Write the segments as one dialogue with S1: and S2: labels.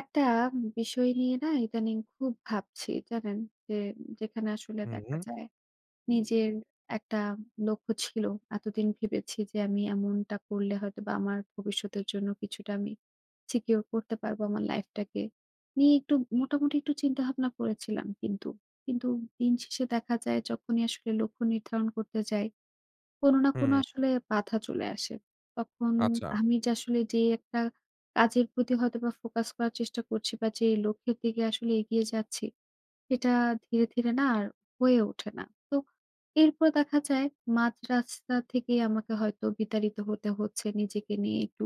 S1: একটা বিষয় নিয়ে না ইদানিং খুব ভাবছি জানেন? যে যেখানে আসলে
S2: হুম,
S1: দেখা
S2: হুম,
S1: যায় নিজের একটা লক্ষ্য ছিল। এতদিন ভেবেছি যে আমি এমনটা করলে হয়তোবা আমার ভবিষ্যতের জন্য কিছুটা আমি সিকিউর করতে পারবো আমার লাইফটাকে। নিয়ে একটু মোটামুটি একটু চিন্তাভাবনা করেছিলাম কিন্তু। কিন্তু দিন শেষে দেখা যায় যখনই আসলে লক্ষ্য নির্ধারণ করতে যাই কোনো না কোনো
S2: হুম।
S1: আসলে বাধা চলে আসে। তখন
S2: আচ্ছা,
S1: আমি যে আসলে একটা কাজের প্রতি হয়তোবা ফোকাস করার চেষ্টা করছি বা যে লক্ষ্যের দিকে আসলে এগিয়ে যাচ্ছি, সেটা ধীরে, ধীরে না আর হয়ে ওঠে না। তো এরপর দেখা যায় মাঝ রাস্তা থেকেই আমাকে হয়তো বিতাড়িত হতে হচ্ছে। নিজেকে নিয়ে একটু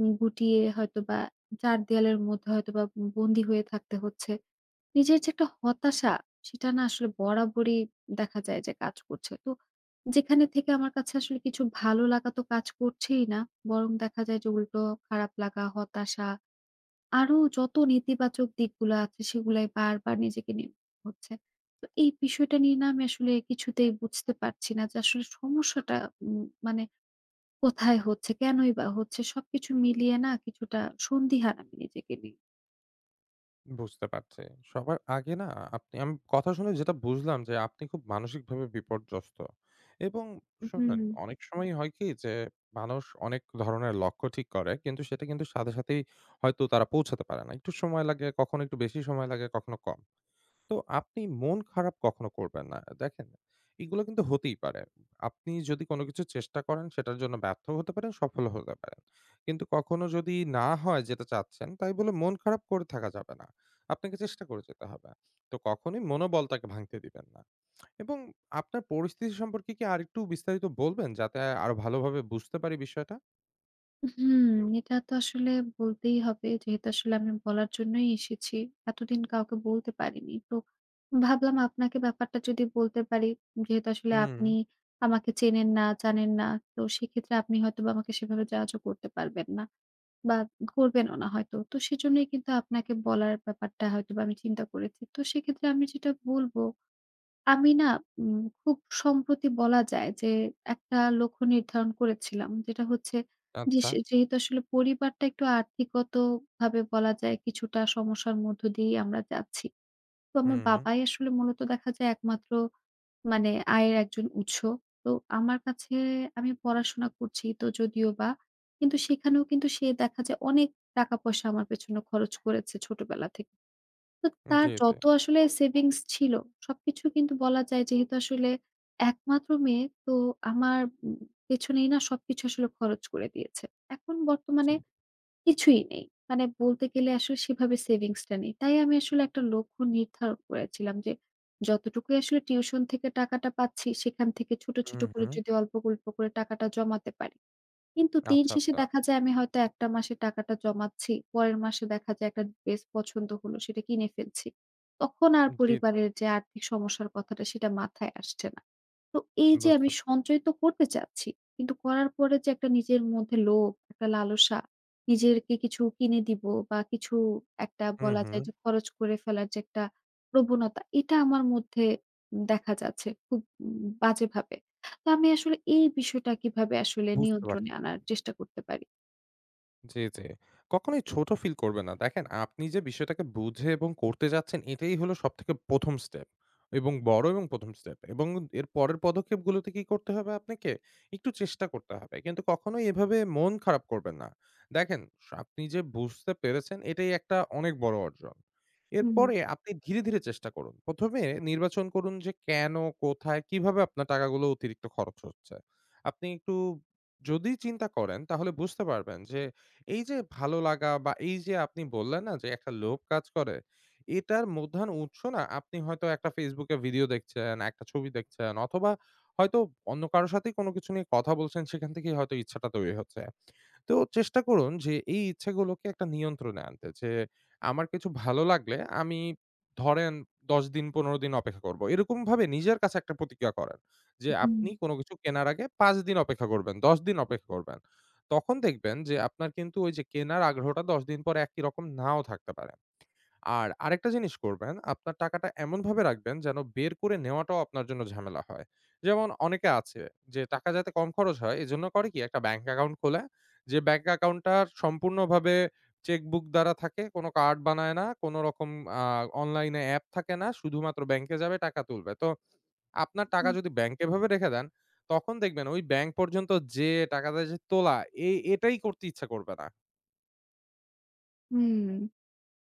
S1: গুটিয়ে হয়তোবা ৪ দেয়ালের মধ্যে হয়তোবা বন্দী হয়ে থাকতে হচ্ছে। নিজের যে একটা হতাশা, সেটা না আসলে বরাবরই দেখা যায় যে কাজ করছে। তো যেখানে থেকে আমার কাছে আসলে কিছু ভালো লাগা তো কাজ করছেই না। বরং দেখা যায় যে উল্টো খারাপ লাগা, হতাশা, আরো যত নেতিবাচক দিকগুলো আছে সেগুলাই বারবার নিজেকে নিয়ে হচ্ছে। তো এই বিষয়টা নিয়ে না আমি আসলে কিছুতেই বুঝতে পারছি না যে আসলে সমস্যাটা মানে কোথায় হচ্ছে? কেনই বা হচ্ছে? সবকিছু মিলিয়ে না কিছুটা সন্দিহান আমি নিজেকে নিয়ে।
S2: বুঝতে পারছি। সবার আগে না আপনি আমি কথা শুনে যেটা বুঝলাম যে আপনি খুব মানসিকভাবে বিপর্যস্ত। এবং
S1: হুম।
S2: শুনুন অনেক সময় হয় কি যে মানুষ অনেক ধরনের লক্ষ্য ঠিক করে কিন্তু সেটা কিন্তু সাথে সাথেই হয়তো তারা পৌঁছাতে পারে না। একটু সময় লাগে, কখনো একটু বেশি সময় লাগে, কখনো কম। তো আপনি মন খারাপ কখনো করবেন না। দেখেন, এগুলো কিন্তু হতেই পারে। আপনি যদি কোনো কিছু চেষ্টা করেন সেটার জন্য ব্যর্থ হতে পারেন, সফলও হতে পারেন। কিন্তু কখনো যদি না হয় যেটা চাচ্ছেন, তাই বলে মন খারাপ করে থাকা যাবে না। আপনাকে চেষ্টা করে যেতে হবে। তো কখনোই মনোবলটাকে ভাঙতে দিবেন না। এবং আপনার পরিস্থিতি সম্পর্কে কি আরেকটু বিস্তারিত বলবেন যাতে আরো ভালোভাবে বুঝতে পারি বিষয়টা?
S1: হুম, এটা তো আসলে বলতেই হবে। যেহেতু আসলে আমি বলার জন্যই এসেছি। এতদিন কাউকে বলতে পারিনি। তো ভাবলাম আপনাকে ব্যাপারটা যদি বলতে পারি, যেহেতু আসলে
S2: হুম,
S1: আপনি আমাকে চেনেন না, জানেন না। তো সেক্ষেত্রে আপনি হয়তোবা আমাকে সেভাবে জাজও করতে পারবেন না বা করবেনও না হয়তো। তো সেজন্যই কিন্তু আপনাকে বলার ব্যাপারটা হয়তোবা আমি চিন্তা করেছি। তো সেক্ষেত্রে আমি যেটা বলব, আমি না উম খুব সম্প্রতি বলা যায় যে একটা লক্ষ্য নির্ধারণ করেছিলাম। যেটা হচ্ছে যে,
S2: আচ্ছা।
S1: সে যেহেতু আসলে পরিবারটা একটু আর্থিকগতভাবে বলা যায় কিছুটা সমস্যার মধ্য দিয়েই আমরা যাচ্ছি। তো আমার
S2: হুম,
S1: বাবাই আসলে মূলত দেখা যায় একমাত্র মানে আয়ের একজন উৎস। তো আমার কাছে আমি পড়াশোনা করছি তো যদিও বা, কিন্তু সেখানেও কিন্তু সে দেখা যায় অনেক টাকা পয়সা আমার পেছনে খরচ করেছে ছোটবেলা থেকে। তো তার
S2: জি, জি।
S1: যত আসলে সেভিংস ছিল সবকিছু, কিন্তু বলা যায় যেহেতু আসলে একমাত্র মেয়ে তো আমার উম পেছনেই না সবকিছু আসলে খরচ করে দিয়েছে। এখন
S2: জি।
S1: বর্তমানে কিছুই নেই। মানে বলতে গেলে আসলে সেভাবে সেভিংসটা নেই। তাই আমি আসলে একটা লক্ষ্য নির্ধারণ করেছিলাম যে যতটুকুই আসলে টিউশন থেকে টাকাটা পাচ্ছি সেখান থেকে ছোট, ছোট
S2: হুম,
S1: করে
S2: হুম।
S1: যদি অল্প, অল্প করে টাকাটা জমাতে পারি। কিন্তু দিন
S2: আচ্ছা,
S1: শেষে
S2: আচ্ছা।
S1: দেখা যায় আমি হয়তো একটা মাসের টাকাটা জমাচ্ছি। পরের মাসে দেখা যায় একটা ড্রেস পছন্দ হলো, সেটা কিনে ফেলছি। তখন আর
S2: জি, জি।
S1: পরিবারের যে আর্থিক সমস্যার কথাটা সেটা মাথায় আসছে না। তো এই যে
S2: বুঝতে
S1: আমি
S2: পারছি।
S1: সঞ্চয় তো করতে চাচ্ছি। কিন্তু করার পরে যে একটা নিজের মধ্যে লোভ, একটা লালসা, নিজেরকে কিছু কিনে দিব বা কিছু একটা
S2: হুম,
S1: বলা
S2: হুম।
S1: যায় যে খরচ করে ফেলার যে একটা প্রবণতা, এটা আমার মধ্যে দেখা যাচ্ছে খুব বাজেভাবে। তো আমি আসলে এই বিষয়টা কিভাবে আসলে
S2: বুঝতে
S1: নিয়ন্ত্রণে
S2: পারছি।
S1: আনার চেষ্টা করতে পারি?
S2: জি, জি। কখনোই ছোট ফিল করবেন না। দেখেন আপনি যে বিষয়টাকে বুঝে এবং করতে যাচ্ছেন এটাই হলো সবথেকে ১ম স্টেপ এবং বড় এবং ১ম স্টেপ এবং এর পরের পদক্ষেপগুলোতে কি করতে হবে আপনাকে? একটু চেষ্টা করতে হবে। কিন্তু কখনোই এভাবে মন খারাপ করবেন না। দেখেন আপনি যে বুঝতে পেরেছেন এটাই একটা অনেক বড় অর্জন।
S1: হুম,
S2: এরপরে আপনি ধীরে, ধীরে চেষ্টা করুন। ১ম এ নির্বাচন করুন যে কেন, কোথায়, কিভাবে আপনার টাকাগুলো অতিরিক্ত খরচ হচ্ছে। আপনি একটু যদি চিন্তা করেন তাহলে বুঝতে পারবেন যে এই যে ভালো লাগা বা এই যে আপনি বললেন না যে একটা লোভ কাজ করে, এটার প্রধান উৎস না আপনি হয়তো একটা Facebook এ ভিডিও দেখছেন, একটা ছবি দেখছেন অথবা হয়তো অন্য কারো সাথেই কোনো কিছু নিয়ে কথা বলছেন সেখান থেকেই হয়তো ইচ্ছাটা তৈরি হচ্ছে। তো চেষ্টা করুন যে এই ইচ্ছাগুলোকে একটা নিয়ন্ত্রণে আনতে। যে আমার কিছু ভালো লাগলে আমি ধরেন ১০ দিন ১৫ দিন অপেক্ষা করব। এরকমভাবে নিজের কাছে একটা প্রতিজ্ঞা করেন। যে
S1: হুম,
S2: আপনি কোন কিছু কেনার আগে ৫ দিন অপেক্ষা করবেন, ১০ দিন অপেক্ষা করবেন। তখন দেখবেন যে আপনার কিন্তু ওই যে কেনার আগ্রহটা ১০ দিন পরে একই রকম নাও থাকতে পারে। আর আরেকটা জিনিস করবেন, আপনার টাকাটা এমনভাবে রাখবেন যেন বের করে নেওয়াটাও আপনার জন্য ঝামেলা হয়। যেমন অনেকে আছে যে টাকা যাতে কম খরচ হয় এজন্য করে কি একটা ব্যাংক অ্যাকাউন্ট খোলে। যে ব্যাংক অ্যাকাউন্টটা সম্পূর্ণভাবে চেকবুক দ্বারা থাকে, কোনো কার্ড বানায় না, কোনো রকম আ অনলাইনে অ্যাপ থাকে না। শুধুমাত্র ব্যাংকে যাবে টাকা তুলবে। তো আপনার টাকা
S1: হুম।
S2: যদি ব্যাংকে এভাবে রেখে দেন, তখন দেখবেন ওই ব্যাংক পর্যন্ত যেয়ে টাকাটা যে তোলা এই এটাই করতে ইচ্ছা করবে না।
S1: হুম।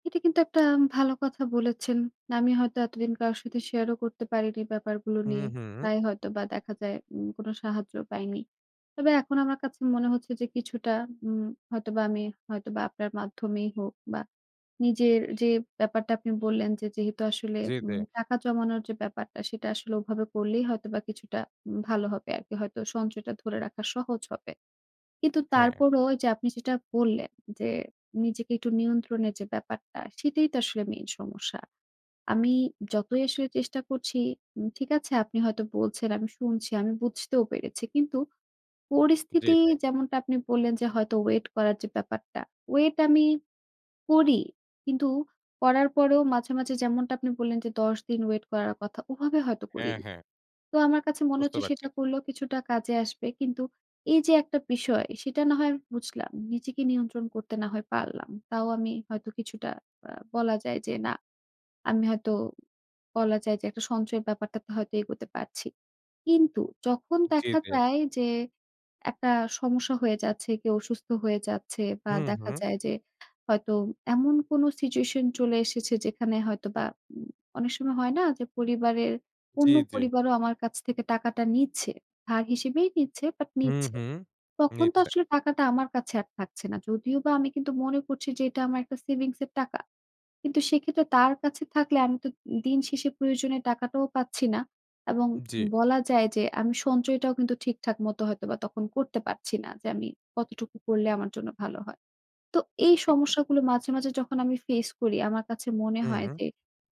S1: এটা কিন্তু একটা ভালো কথা বলেছেন। আমি হয়তো এতদিন কারো সাথে শেয়ারও করতে পারিনি ব্যাপারগুলো
S2: হুম,
S1: নিয়ে।
S2: হুম।
S1: তাই হয়তোবা দেখা যায় কোনো সাহায্য পাইনি। তবে এখন আমার কাছে মনে হচ্ছে যে কিছুটা উম হয়তোবা আমি হয়তোবা আপনার মাধ্যমেই হোক বা নিজের যে ব্যাপারটা আপনি বললেন যে যেহেতু আসলে
S2: জি, জি।
S1: টাকা জমানোর যে ব্যাপারটা সেটা আসলে ওভাবে করলেই হয়তোবা কিছুটা ভালো হবে আরকি। হয়তো সঞ্চয়টা ধরে রাখা সহজ হবে। কিন্তু
S2: হ্যাঁ।
S1: তারপরও ওই যে আপনি যেটা বললেন যে, নিজেকে একটু নিয়ন্ত্রণের যে ব্যাপারটা, সেটাই তো আসলে মেইন সমস্যা। আমি যতই আসলে চেষ্টা করছি, ঠিক আছে আপনি হয়তো বলছেন, আমি শুনছি, আমি বুঝতেও পেরেছি। কিন্তু
S2: জি,
S1: পরিস্থিতি
S2: জি।
S1: যেমনটা আপনি বললেন যে হয়তো ওয়েট করার যে ব্যাপারটা, ওয়েট আমি করি। কিন্তু করার পরেও মাঝে, মাঝে যেমনটা আপনি বললেন যে ১০ দিন ওয়েট করার কথা, ওভাবে হয়তো করি।
S2: হ্যাঁ, হ্যাঁ।
S1: তো আমার কাছে মনে
S2: বুঝতে
S1: হচ্ছে
S2: পারছি।
S1: সেটা করলেও কিছুটা কাজে আসবে। কিন্তু এই যে একটা বিষয়, সেটা না হয় বুঝলাম। নিজেকে নিয়ন্ত্রণ করতে না হয় পারলাম। তাও আমি হয়তো কিছুটা, বলা যায় যে না আমি হয়তো বলা যায় যে একটা সঞ্চয়ের ব্যাপারটাতে হয়তো এগোতে পারছি। কিন্তু যখন
S2: জি,
S1: দেখা
S2: জি।
S1: যায় যে একটা সমস্যা হয়ে যাচ্ছে, কেউ অসুস্থ হয়ে যাচ্ছে বা
S2: হুম,
S1: দেখা
S2: হুম।
S1: যায় যে হয়তো এমন কোনো সিচুয়েশন চলে এসেছে যেখানে হয়তোবা, উম অনেক সময় হয় না যে পরিবারের
S2: জি,
S1: অন্য
S2: জি।
S1: পরিবারও আমার কাছ থেকে টাকাটা নিচ্ছে। ধার হিসেবেই নিচ্ছে বাট
S2: হুম,
S1: নিচ্ছে।
S2: হুম।
S1: তখন তো
S2: নিচ্ছে।
S1: আসলে টাকাটা আমার কাছে আর থাকছে না। যদিও বা আমি কিন্তু মনে করছি যে এটা আমার একটা সেভিংস এর টাকা। কিন্তু সেক্ষেত্রে তার কাছে থাকলে আমি তো দিন শেষে প্রয়োজনীয় টাকাটাও পাচ্ছি না এবং
S2: জি।
S1: বলা যায় যে আমি সঞ্চয়টাও কিন্তু ঠিকঠাক মতো হয়তোবা তখন করতে পারছি না যে আমি কতটুকু করলে আমার জন্য ভালো হয়। তো এই সমস্যাগুলো মাঝে, মাঝে যখন আমি ফেস করি আমার কাছে মনে
S2: হুম,
S1: হয় যে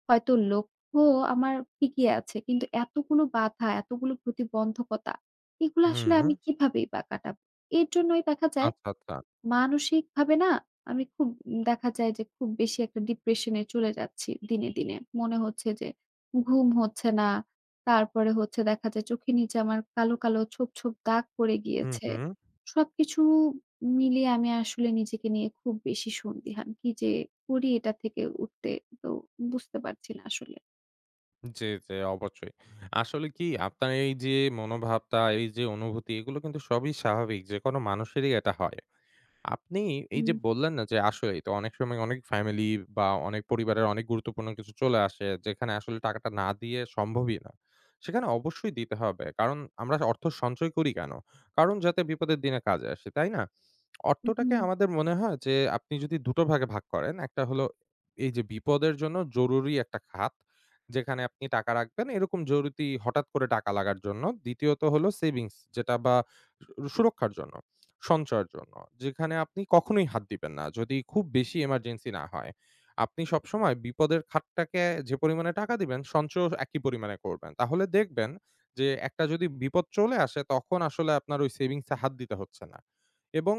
S1: হয়তো লক্ষ্য আমার ঠিকই আছে কিন্তু এতগুলো বাধা, এতগুলো প্রতিবন্ধকতা, এগুলো আসলে
S2: হুম।
S1: আমি কিভাবেই বা কাটাবো? এর জন্যই দেখা যায়
S2: আচ্ছা, আচ্ছা।
S1: মানসিকভাবে না আমি খুব, দেখা যায় যে খুব বেশি একটা ডিপ্রেশন এ চলে যাচ্ছি দিনে, দিনে। মনে হচ্ছে যে ঘুম হচ্ছে না। তারপরে হচ্ছে দেখা যায় চোখের নিচে আমার কালো, কালো ছোপ, ছোপ দাগ পড়ে
S2: হুম,
S1: গিয়েছে।
S2: হুম।
S1: সবকিছু মিলিয়ে আমি আসলে নিজেকে নিয়ে খুব বেশি সন্দিহান। কি যে করি এটা থেকে উঠতে, তো বুঝতে পারছি না আসলে।
S2: জি, জি অবশ্যই। আসলে কি আপনার এই যে মনোভাবটা, এই যে অনুভূতি এগুলো কিন্তু সবই স্বাভাবিক। যেকোনো মানুষেরই এটা হয়। আপনি এই যে
S1: হুম,
S2: বললেন না যে আসলেই তো অনেক সময় অনেক ফ্যামিলি বা অনেক পরিবারের অনেক গুরুত্বপূর্ণ কিছু চলে আসে যেখানে আসলে টাকাটা না দিয়ে সম্ভবই না। সেখানে অবশ্যই দিতে হবে। কারণ আমরা অর্থ সঞ্চয় করি কেন? কারণ যাতে বিপদের দিনে কাজে আসে, তাই না? অর্থটাকে
S1: হুম,
S2: আমাদের মনে হয় যে আপনি যদি ২ টো ভাগে ভাগ করেন, একটা হলো এই যে বিপদের জন্য জরুরি একটা খাত, যেখানে আপনি টাকা রাখবেন এরকম জরুরি হঠাৎ করে টাকা লাগার জন্য। দ্বিতীয়ত হলো সেভিংস যেটা বা সুরক্ষার জন্য। সঞ্চয়ের জন্য। যেখানে আপনি কখনোই হাত দিবেন না। যদি খুব বেশি এমার্জেন্সি না হয়। আপনি সবসময় বিপদের খাতটাকে যে পরিমাণে টাকা দিবেন, সঞ্চয়ও একই পরিমাণে করবেন। তাহলে দেখবেন যে একটা যদি বিপদ চলে আসে, তখন আসলে আপনার ওই সেভিংসে হাত দিতে হচ্ছে না। এবং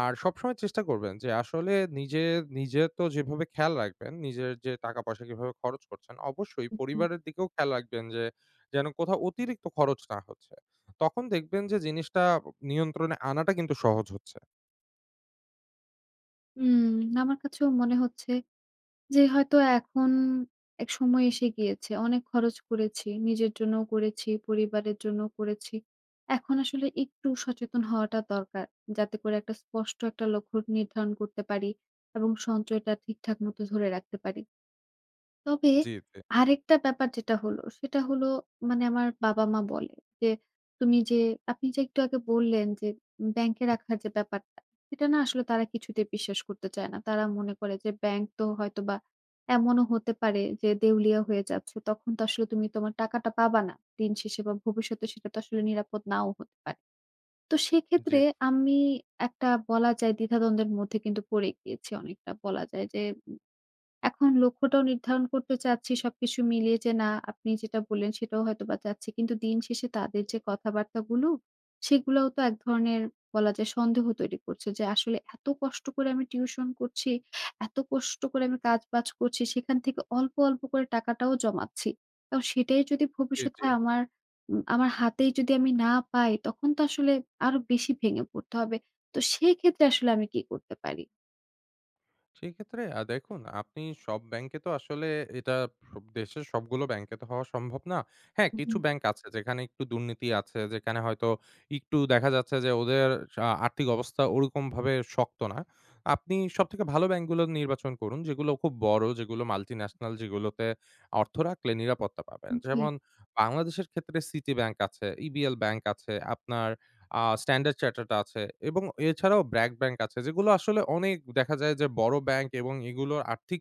S2: আর সবসময় চেষ্টা করবেন যে আসলে নিজে, নিজে তো যেভাবে খেয়াল রাখবেন, নিজের যে টাকা-পয়সা কিভাবে খরচ করছেন, অবশ্যই
S1: হুম।
S2: পরিবারের দিকেও খেয়াল রাখবেন যে যেন কোথাও অতিরিক্ত খরচ না হচ্ছে। তখন দেখবেন যে জিনিসটা নিয়ন্ত্রণে আনাটা কিন্তু সহজ হচ্ছে।
S1: হুম, আমার কাছেও মনে হচ্ছে যে হয়তো এখন এক সময় এসে গিয়েছে। অনেক খরচ করেছি। নিজের জন্যও করেছি, পরিবারের জন্যও করেছি। এখন আসলে একটু সচেতন হওয়াটা দরকার। যাতে করে একটা স্পষ্ট একটা লক্ষ্য নির্ধারণ করতে পারি এবং সঞ্চয়টা ঠিকঠাক মতো ধরে রাখতে পারি। তবে
S2: জি, জি,
S1: আরেকটা ব্যাপার যেটা হলো, সেটা হলো মানে আমার বাবা-মা বলে যে, "তুমি যে, আপনি যে একটু আগে বললেন যে ব্যাংকে রাখার যে ব্যাপারটা, সেটা না আসলে তারা কিছুতেই বিশ্বাস করতে চায় না। তারা মনে করে যে ব্যাংক তো হয়তোবা এমনও হতে পারে যে দেউলিয়া হয়ে যাচ্ছে। তখন তো আসলে তুমি তোমার টাকাটা পাবা না। দিন শেষে বা ভবিষ্যতে সেটা তো আসলে নিরাপদ নাও হতে পারে।" তো
S2: জি,
S1: সেক্ষেত্রে আমি একটা বলা যায় দ্বিধাদ্বন্দ্বের মধ্যে কিন্তু পড়ে গিয়েছি অনেকটা, বলা যায় যে এখন লক্ষ্যটাও নির্ধারণ করতে চাচ্ছি সবকিছু মিলিয়ে যে, না আপনি যেটা বললেন সেটাও হয়তোবা চাচ্ছি। কিন্তু দিন শেষে তাদের যে কথাবার্তাগুলো সেগুলোও তো এক ধরনের বলা যায় সন্দেহ তৈরি করছে যে আসলে এত কষ্ট করে আমি টিউশন করছি, এত কষ্ট করে আমি কাজ-বাজ করছি সেখান থেকে অল্প, অল্প করে টাকাটাও জমাচ্ছি। তো সেটাই যদি
S2: জি, জি।
S1: ভবিষ্যতে আমার আমার হাতেই যদি আমি না পাই তখন তো আসলে আরো বেশি ভেঙে পড়তে হবে। তো সেক্ষেত্রে আসলে আমি কি করতে পারি?
S2: সেক্ষেত্রে দেখুন আপনি সব ব্যাংকে তো আসলে এটা সব দেশের সবগুলো ব্যাংকে তো হওয়া সম্ভব না। হ্যাঁ, কিছু
S1: হুম,
S2: ব্যাংক আছে যেখানে একটু দুর্নীতি আছে, যেখানে হয়তো একটু দেখা যাচ্ছে যে ওদের আর্থিক অবস্থা ওরকমভাবে শক্ত না। আপনি সবথেকে ভালো ব্যাংকগুলো নির্বাচন করুন, যেগুলো খুব বড়, যেগুলো মাল্টিন্যাশনাল, যেগুলোতে অর্থ রাখলে নিরাপত্তা পাবেন।
S1: জি।
S2: যেমন বাংলাদেশের ক্ষেত্রে সিটি ব্যাংক আছে, ইবিএল ব্যাংক আছে, আপনার স্ট্যান্ডার্ড চার্টার্ড আছে এবং এছাড়াও ব্র্যাক ব্যাংক আছে যেগুলো আসলে অনেক দেখা যায় যে বড় ব্যাংক এবং এগুলোর আর্থিক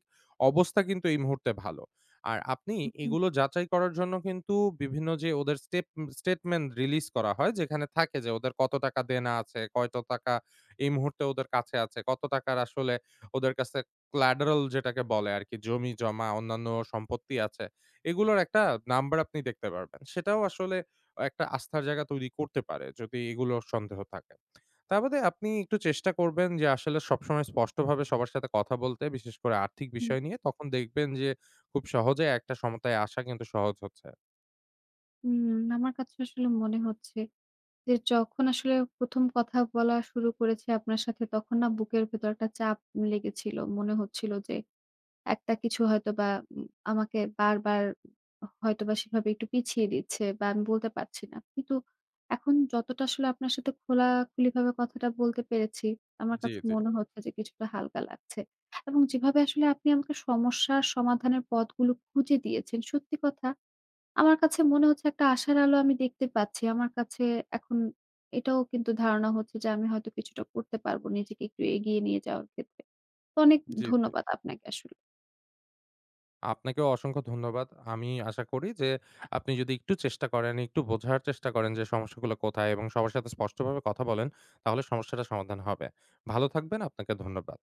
S2: অবস্থা কিন্তু এই মুহূর্তে ভালো। আর আপনি
S1: হুম,
S2: এগুলো যাচাই করার জন্য কিন্তু বিভিন্ন যে ওদের স্টেটমেন্ট রিলিজ করা হয় যেখানে থাকে যে ওদের কত টাকা দেনা আছে, কত টাকা এই মুহূর্তে ওদের কাছে আছে, কত টাকার আসলে ওদের কাছে collateral যেটাকে বলে আরকি জমি-জমা অন্যান্য সম্পত্তি আছে। এগুলোর একটা নাম্বার আপনি দেখতে পারবেন। সেটাও আসলে একটা আস্থার জায়গা তৈরি করতে পারে যদি এগুলোর সন্দেহ থাকে। তা বাদে আপনি একটু চেষ্টা করবেন যে আসলে সবসময় স্পষ্টভাবে সবার সাথে কথা বলতে, বিশেষ করে আর্থিক
S1: হুম।
S2: বিষয় নিয়ে। তখন দেখবেন যে খুব সহজে একটা সমতায় আসা কিন্তু সহজ হচ্ছে।
S1: হুম, আমার কাছে আসলে মনে হচ্ছে যে, যখন আসলে ১ম কথা বলা শুরু করেছি আপনার সাথে তখন না বুকের ভেতর একটা চাপ লেগেছিল। মনে হচ্ছিল যে একটা কিছু হয়তোবা আমাকে বারবার হয়তোবা সেভাবে একটু পিছিয়ে দিচ্ছে বা আমি বলতে পারছি না। কিন্তু এখন যতটা আসলে আপনার সাথে খোলাখুলিভাবে কথাটা বলতে পেরেছি, আমার
S2: জি,
S1: কাছে
S2: জি,
S1: মনে হচ্ছে যে কিছুটা হালকা লাগছে। এবং যেভাবে আসলে আপনি আমাকে সমস্যার সমাধানের পথগুলো খুঁজে দিয়েছেন সত্যি কথা, আমার কাছে মনে হচ্ছে একটা আশার আলো আমি দেখতে পাচ্ছি। আমার কাছে এখন এটাও কিন্তু ধারণা হচ্ছে যে আমি হয়তো কিছুটা করতে পারবো নিজেকে একটু এগিয়ে নিয়ে যাওয়ার ক্ষেত্রে। তো অনেক
S2: জি, জি।
S1: ধন্যবাদ আপনাকে আসলে।
S2: আপনাকেও অসংখ্য ধন্যবাদ। আমি আশা করি যে আপনি যদি একটু চেষ্টা করেন, একটু বোঝার চেষ্টা করেন যে সমস্যাগুলো কোথায় এবং সবার সাথে স্পষ্টভাবে কথা বলেন, তাহলে সমস্যাটা সমাধান হবে। ভালো থাকবেন, আপনাকে ধন্যবাদ।